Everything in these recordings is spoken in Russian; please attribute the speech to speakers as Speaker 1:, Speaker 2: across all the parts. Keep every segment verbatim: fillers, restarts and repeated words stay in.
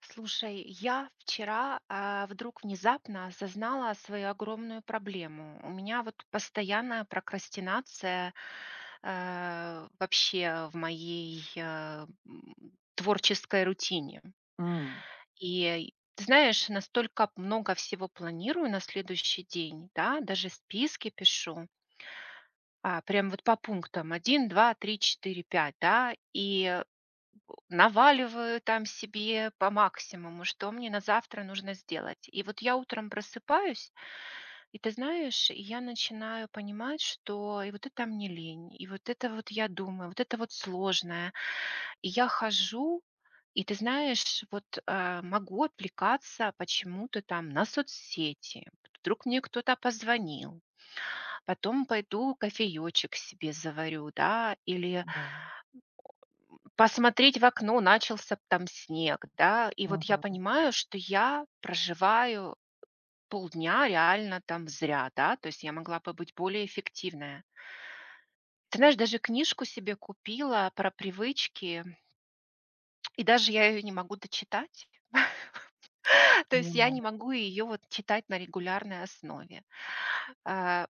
Speaker 1: Слушай, я вчера а, вдруг внезапно осознала свою огромную проблему. У меня вот постоянная прокрастинация э, вообще в моей э, м, творческой рутине.
Speaker 2: М,
Speaker 1: И ты знаешь, настолько много всего планирую на следующий день, да, даже списки пишу, а, прям вот по пунктам один, два, три, четыре, пять, да, и наваливаю там себе по максимуму, что мне на завтра нужно сделать. И вот я утром просыпаюсь, и ты знаешь, и я начинаю понимать, что и вот это мне лень, и вот это вот я думаю, вот это вот сложное. И я хожу, и ты знаешь, вот э, могу отвлекаться почему-то там на соцсети. Вдруг мне кто-то позвонил, потом пойду кофеечек себе заварю, да, или
Speaker 2: да,
Speaker 1: посмотреть в окно, начался там снег, да. И вот я
Speaker 2: мгм,
Speaker 1: понимаю, что я проживаю полдня реально там зря, да, то есть я могла бы быть более эффективная. Ты знаешь, даже книжку себе купила про привычки, и даже я ее не могу дочитать. То есть я не
Speaker 2: понимаю.
Speaker 1: могу ее вот читать на регулярной основе. А,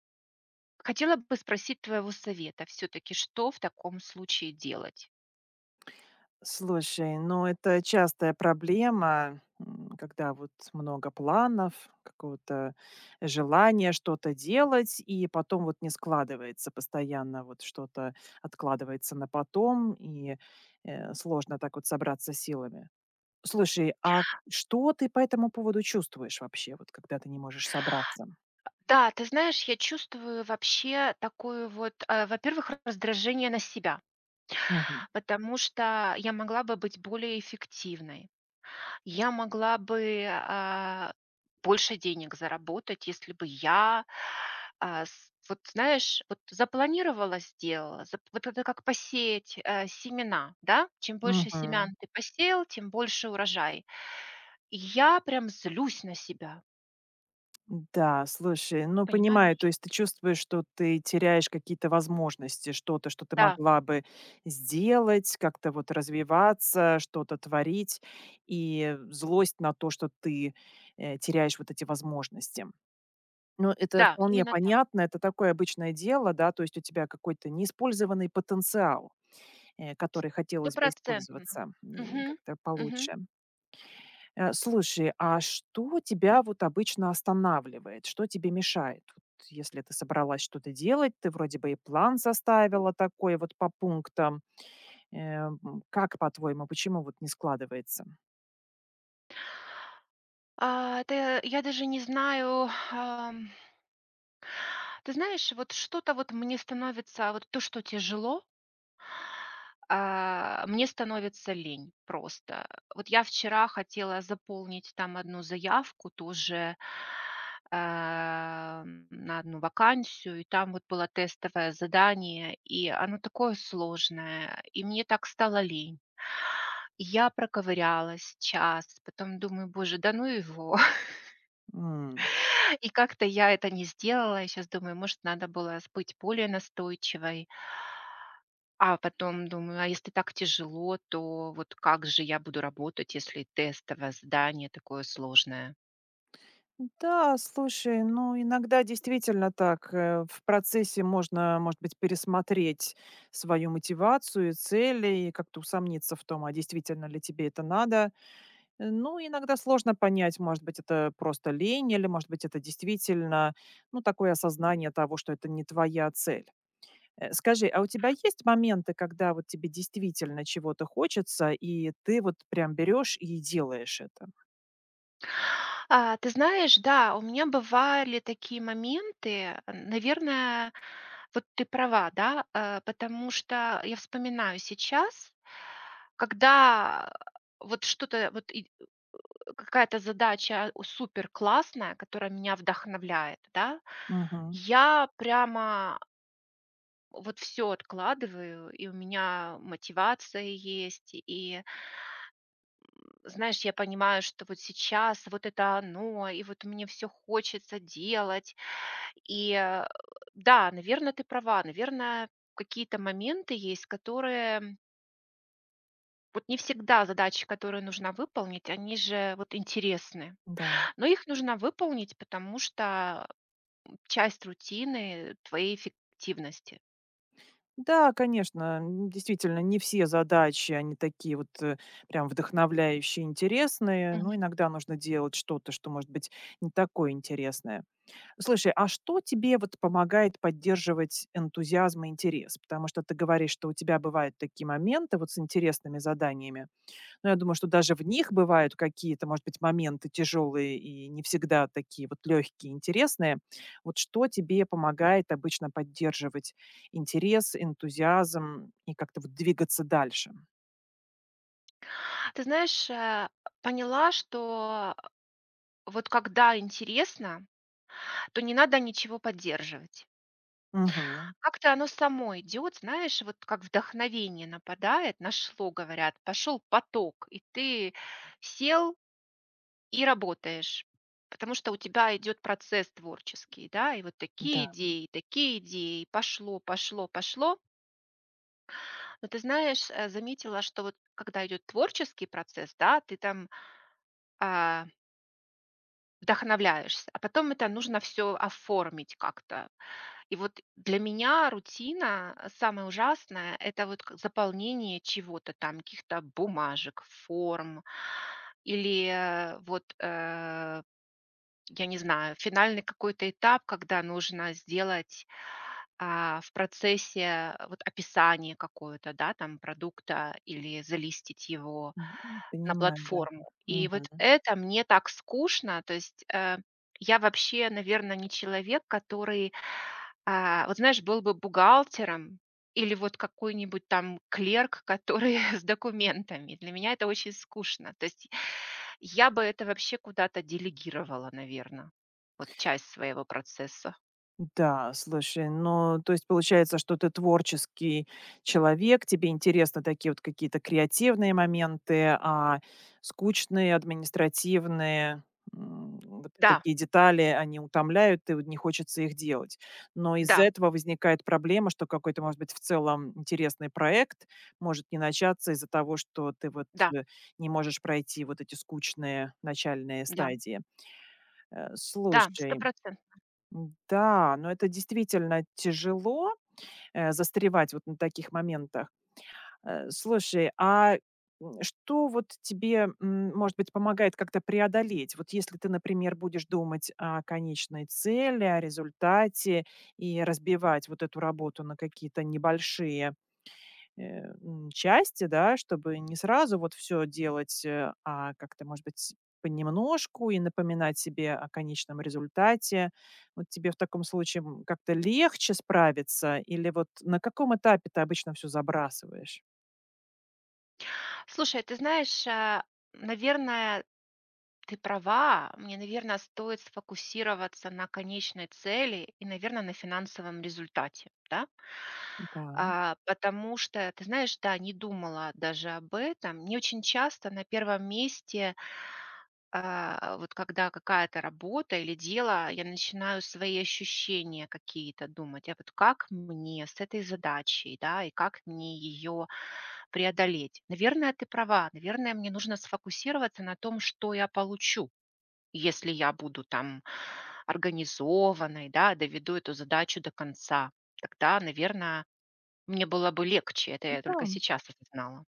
Speaker 1: Хотела бы спросить твоего совета, все таки что в таком случае делать?
Speaker 2: Слушай, ну это частая проблема, м, когда вот много планов, какого-то желания что-то делать, и потом вот не складывается постоянно, вот что-то откладывается на потом, и э, сложно так вот собраться силами. Слушай, а что ты по этому поводу чувствуешь вообще, вот когда ты не можешь собраться?
Speaker 1: Да, ты знаешь, я чувствую вообще такое вот, э, во-первых, раздражение на себя,
Speaker 2: Мгм.
Speaker 1: потому что я могла бы быть более эффективной. Я могла бы а, больше денег заработать, если бы я, а, с- вот знаешь, вот запланировала, сделала. зап- Вот это как посеять э, семена, да? Чем больше семян ты посеял, тем больше урожай. И я прям злюсь на себя,
Speaker 2: Да, слушай, ну понимаю, то
Speaker 1: понимаешь?
Speaker 2: есть ты чувствуешь, что ты теряешь какие-то возможности, что-то, что ты
Speaker 1: Да,
Speaker 2: могла бы сделать, как-то вот развиваться, что-то творить, и злость на то, что ты э, теряешь вот эти возможности. Ну, это
Speaker 1: да,
Speaker 2: вполне
Speaker 1: именно так.
Speaker 2: понятно, это такое обычное дело, да, то есть у тебя какой-то неиспользованный потенциал, э, который хотелось бы
Speaker 1: Сто.
Speaker 2: использоваться э,
Speaker 1: Мгм.
Speaker 2: как-то
Speaker 1: Мгм.
Speaker 2: получше. Э, слушай, а что тебя вот обычно останавливает? Что тебе мешает? Вот если ты собралась что-то делать, ты вроде бы и план составила такой вот по пунктам. Э, м, как, по-твоему, почему вот не складывается?
Speaker 1: А, ты Я даже не знаю, ам, ты знаешь, вот что-то вот мне становится, а вот то, что тяжело, а, мне становится лень просто. Вот я вчера хотела заполнить там одну заявку тоже, ам, на одну вакансию, и там вот было тестовое задание, и оно такое сложное, и мне так стало лень. И я проковырялась час, потом думаю: "Боже, да ну его".
Speaker 2: М.
Speaker 1: И как-то я это не сделала. Я сейчас думаю, может, надо было с быть более настойчивой. А потом думаю, а если так тяжело, то вот как же я буду работать, если тестовое задание такое сложное?
Speaker 2: Да, слушай, ну иногда действительно так. э, В процессе можно, может быть, пересмотреть свою мотивацию и цели и как-то усомниться в том, а действительно ли тебе это надо. Э, ну, иногда сложно понять, может быть, это просто лень или, может быть, это действительно, ну, такое осознание того, что это не твоя цель. Э, скажи, а у тебя есть моменты, когда вот тебе действительно чего-то хочется, и ты вот прям берешь и делаешь это?
Speaker 1: А, ты знаешь, да, у меня бывали такие моменты, наверное, вот ты права, да, э, потому что я вспоминаю сейчас, когда вот что-то, вот какая-то задача а, супер классная, которая меня вдохновляет, да,
Speaker 2: Мгм.
Speaker 1: я прямо вот все откладываю, и у меня мотивация есть, и, знаешь, я понимаю, что вот сейчас вот это оно, и вот мне все хочется делать. И, э, да, наверное, ты права, наверное, какие-то моменты есть, которые вот не всегда задачи, которые нужно выполнить, они же вот интересны.
Speaker 2: Да.
Speaker 1: Но их нужно выполнить, потому что часть рутины твоей эффективности.
Speaker 2: Да, конечно, м, действительно, не все задачи, они такие вот э, прям вдохновляющие, интересные, но
Speaker 1: Мгм.
Speaker 2: иногда нужно делать что-то, что может быть не такое интересное. Слушай, а что тебе вот помогает поддерживать энтузиазм и интерес? Потому что ты говоришь, что у тебя бывают такие моменты вот с интересными заданиями. Но я думаю, что даже в них бывают какие-то, может быть, моменты тяжелые и не всегда такие вот легкие, интересные. Вот что тебе помогает обычно поддерживать интерес, энтузиазм и как-то вот двигаться дальше?
Speaker 1: Ты знаешь, э, поняла, что вот когда интересно, то не надо ничего поддерживать.
Speaker 2: Мгм.
Speaker 1: Как-то оно само идет, знаешь, вот как вдохновение нападает, нашло, говорят, пошел поток, и ты сел и работаешь. Потому что у тебя идет процесс творческий, да, и вот
Speaker 2: Да,
Speaker 1: такие идеи, такие идеи, пошло, пошло, пошло. Но ты знаешь, э, заметила, что вот когда идет творческий процесс, да, ты там а, вдохновляешься, а потом это нужно все оформить как-то. И вот для меня рутина, э, самое ужасное — это вот к- заполнение чего-то там, каких-то бумажек, форм или э, вот э, я не знаю, финальный какой-то этап, когда нужно сделать, а, в процессе э, вот описание какое-то, да, там продукта или залистить его
Speaker 2: м,
Speaker 1: на
Speaker 2: понимаю, да.
Speaker 1: платформу. И вот это мне так скучно. То есть, э, я вообще, наверное, не человек, который, а, вот знаешь, был бы бухгалтером или вот какой-нибудь там клерк, который с документами. Для меня это очень скучно. То есть я бы это вообще куда-то делегировала, наверное, вот часть своего процесса.
Speaker 2: Да, слушай, ну, то есть получается, что ты творческий человек, тебе интересны такие вот какие-то креативные моменты, а скучные, административные, м, вот
Speaker 1: Да,
Speaker 2: такие детали, они утомляют, и вот не хочется их делать. Но из-за
Speaker 1: да,
Speaker 2: этого возникает проблема, что какой-то, может быть, в целом интересный проект может не начаться из-за того, что ты вот
Speaker 1: да,
Speaker 2: э, не можешь пройти вот эти скучные начальные
Speaker 1: да,
Speaker 2: стадии. Э,
Speaker 1: да, сто
Speaker 2: Слушай,
Speaker 1: процентов.
Speaker 2: М, Да, но это действительно тяжело э, застревать вот на таких моментах. Э, Слушай, а м, что вот тебе, м, может быть, помогает как-то преодолеть? Вот если ты, например, будешь думать о конечной цели, о результате и разбивать вот эту работу на какие-то небольшие э, м, части, да, чтобы не сразу вот все делать, э, а как-то, может быть, понемножку и напоминать себе о конечном результате. Вот тебе в таком случае, м, как-то легче справиться или вот на каком этапе ты обычно все забрасываешь?
Speaker 1: Слушай, ты знаешь, э, наверное, ты права. Мне, наверное, стоит сфокусироваться на конечной цели и, наверное, на финансовом результате, да?
Speaker 2: Да.
Speaker 1: А, потому что, ты знаешь, да, не думала даже об этом. Не очень часто на первом месте а, вот когда какая-то работа или дело, я начинаю свои ощущения какие-то думать, а вот как мне с этой задачей, да, и как мне ее преодолеть. Наверное, ты права, наверное, мне нужно сфокусироваться на том, что я получу, если я буду там организованной, да, доведу эту задачу до конца. Тогда, наверное, мне было бы легче, это я
Speaker 2: Да.
Speaker 1: только сейчас осознала.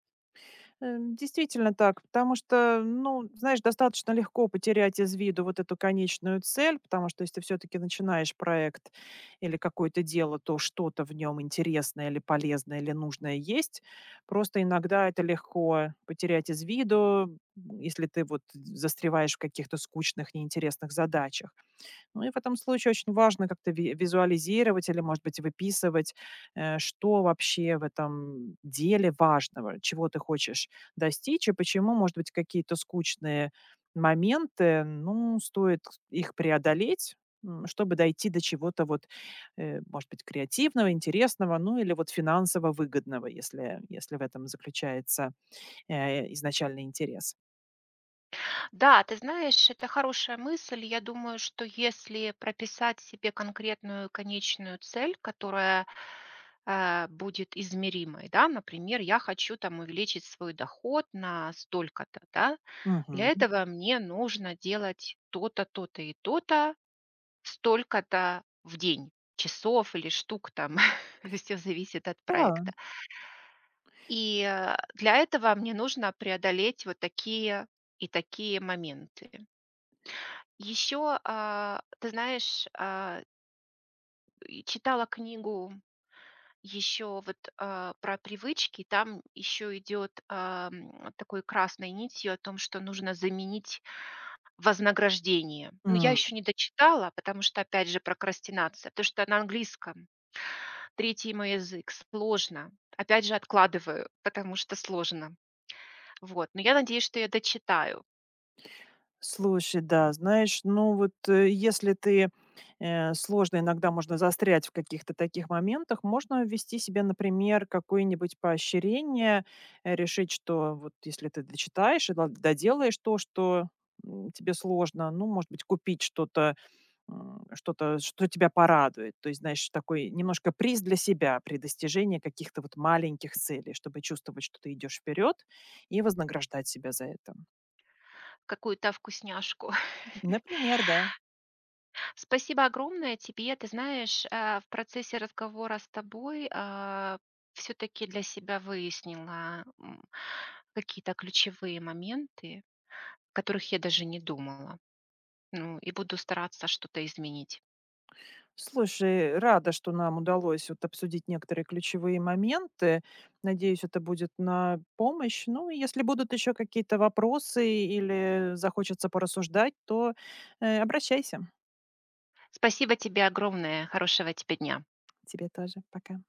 Speaker 2: Эм, действительно так, потому что, ну, знаешь, достаточно легко потерять из виду вот эту конечную цель, потому что если ты все-таки начинаешь проект или какое-то дело, то что-то в нем интересное или полезное или нужное есть. Просто иногда это легко потерять из виду, если ты вот э, застреваешь в каких-то скучных, неинтересных задачах. Ну и в этом случае очень важно как-то ви визуализировать или, может быть, выписывать, э, что вообще в этом деле важного, чего ты хочешь достичь и почему, может быть, какие-то скучные моменты, ну, стоит их преодолеть, м, чтобы дойти до чего-то вот, э, может быть, креативного, интересного, ну или вот финансово выгодного, если, если в этом заключается, э, изначальный интерес.
Speaker 1: Да, ты знаешь, это хорошая мысль. Я думаю, что если прописать себе конкретную конечную цель, которая э, будет измеримой, да, например, я хочу там увеличить свой доход на столько-то, да, для
Speaker 2: Мгм.
Speaker 1: этого мне нужно делать то-то, то-то и то-то, столько-то в день часов или штук там, все зависит от проекта.
Speaker 2: Да.
Speaker 1: И э, для этого мне нужно преодолеть вот такие и такие моменты. Еще, а, ты знаешь, а, и читала книгу еще вот, а, про привычки. Там еще идет, ам, такой красной нитью о том, что нужно заменить вознаграждение. Но я
Speaker 2: М.
Speaker 1: еще не дочитала, потому что, опять же, прокрастинация, потому что на английском. Третий мой язык, сложно. Опять же, откладываю, потому что сложно. Вот, но я надеюсь, что я дочитаю
Speaker 2: Слушай, да, знаешь, ну вот, э, если ты, э, сложно иногда можно застрять в каких-то таких моментах, можно ввести себе, например, какое-нибудь поощрение, э, решить, что вот если ты дочитаешь и дол доделаешь то, что, м, тебе сложно, ну, может быть, купить что-то, м, что-то, что тебя порадует. То есть, знаешь, такой немножко приз для себя при достижении каких-то вот маленьких целей, чтобы чувствовать, что ты идешь вперед, и вознаграждать себя за это.
Speaker 1: какую-то вкусняшку.
Speaker 2: Например, да.
Speaker 1: Спасибо огромное тебе. Ты знаешь, э, в процессе разговора с тобой все-таки для себя выяснила, м, какие-то ключевые моменты, о которых я даже не думала. Ну, и буду стараться что-то изменить.
Speaker 2: Слушай, рада, что нам удалось вот обсудить некоторые ключевые моменты. Надеюсь, это будет на помощь. Ну, и если будут еще какие-то вопросы или захочется порассуждать, то э, обращайся.
Speaker 1: Спасибо тебе огромное. Хорошего тебе дня.
Speaker 2: Тебе тоже. Пока.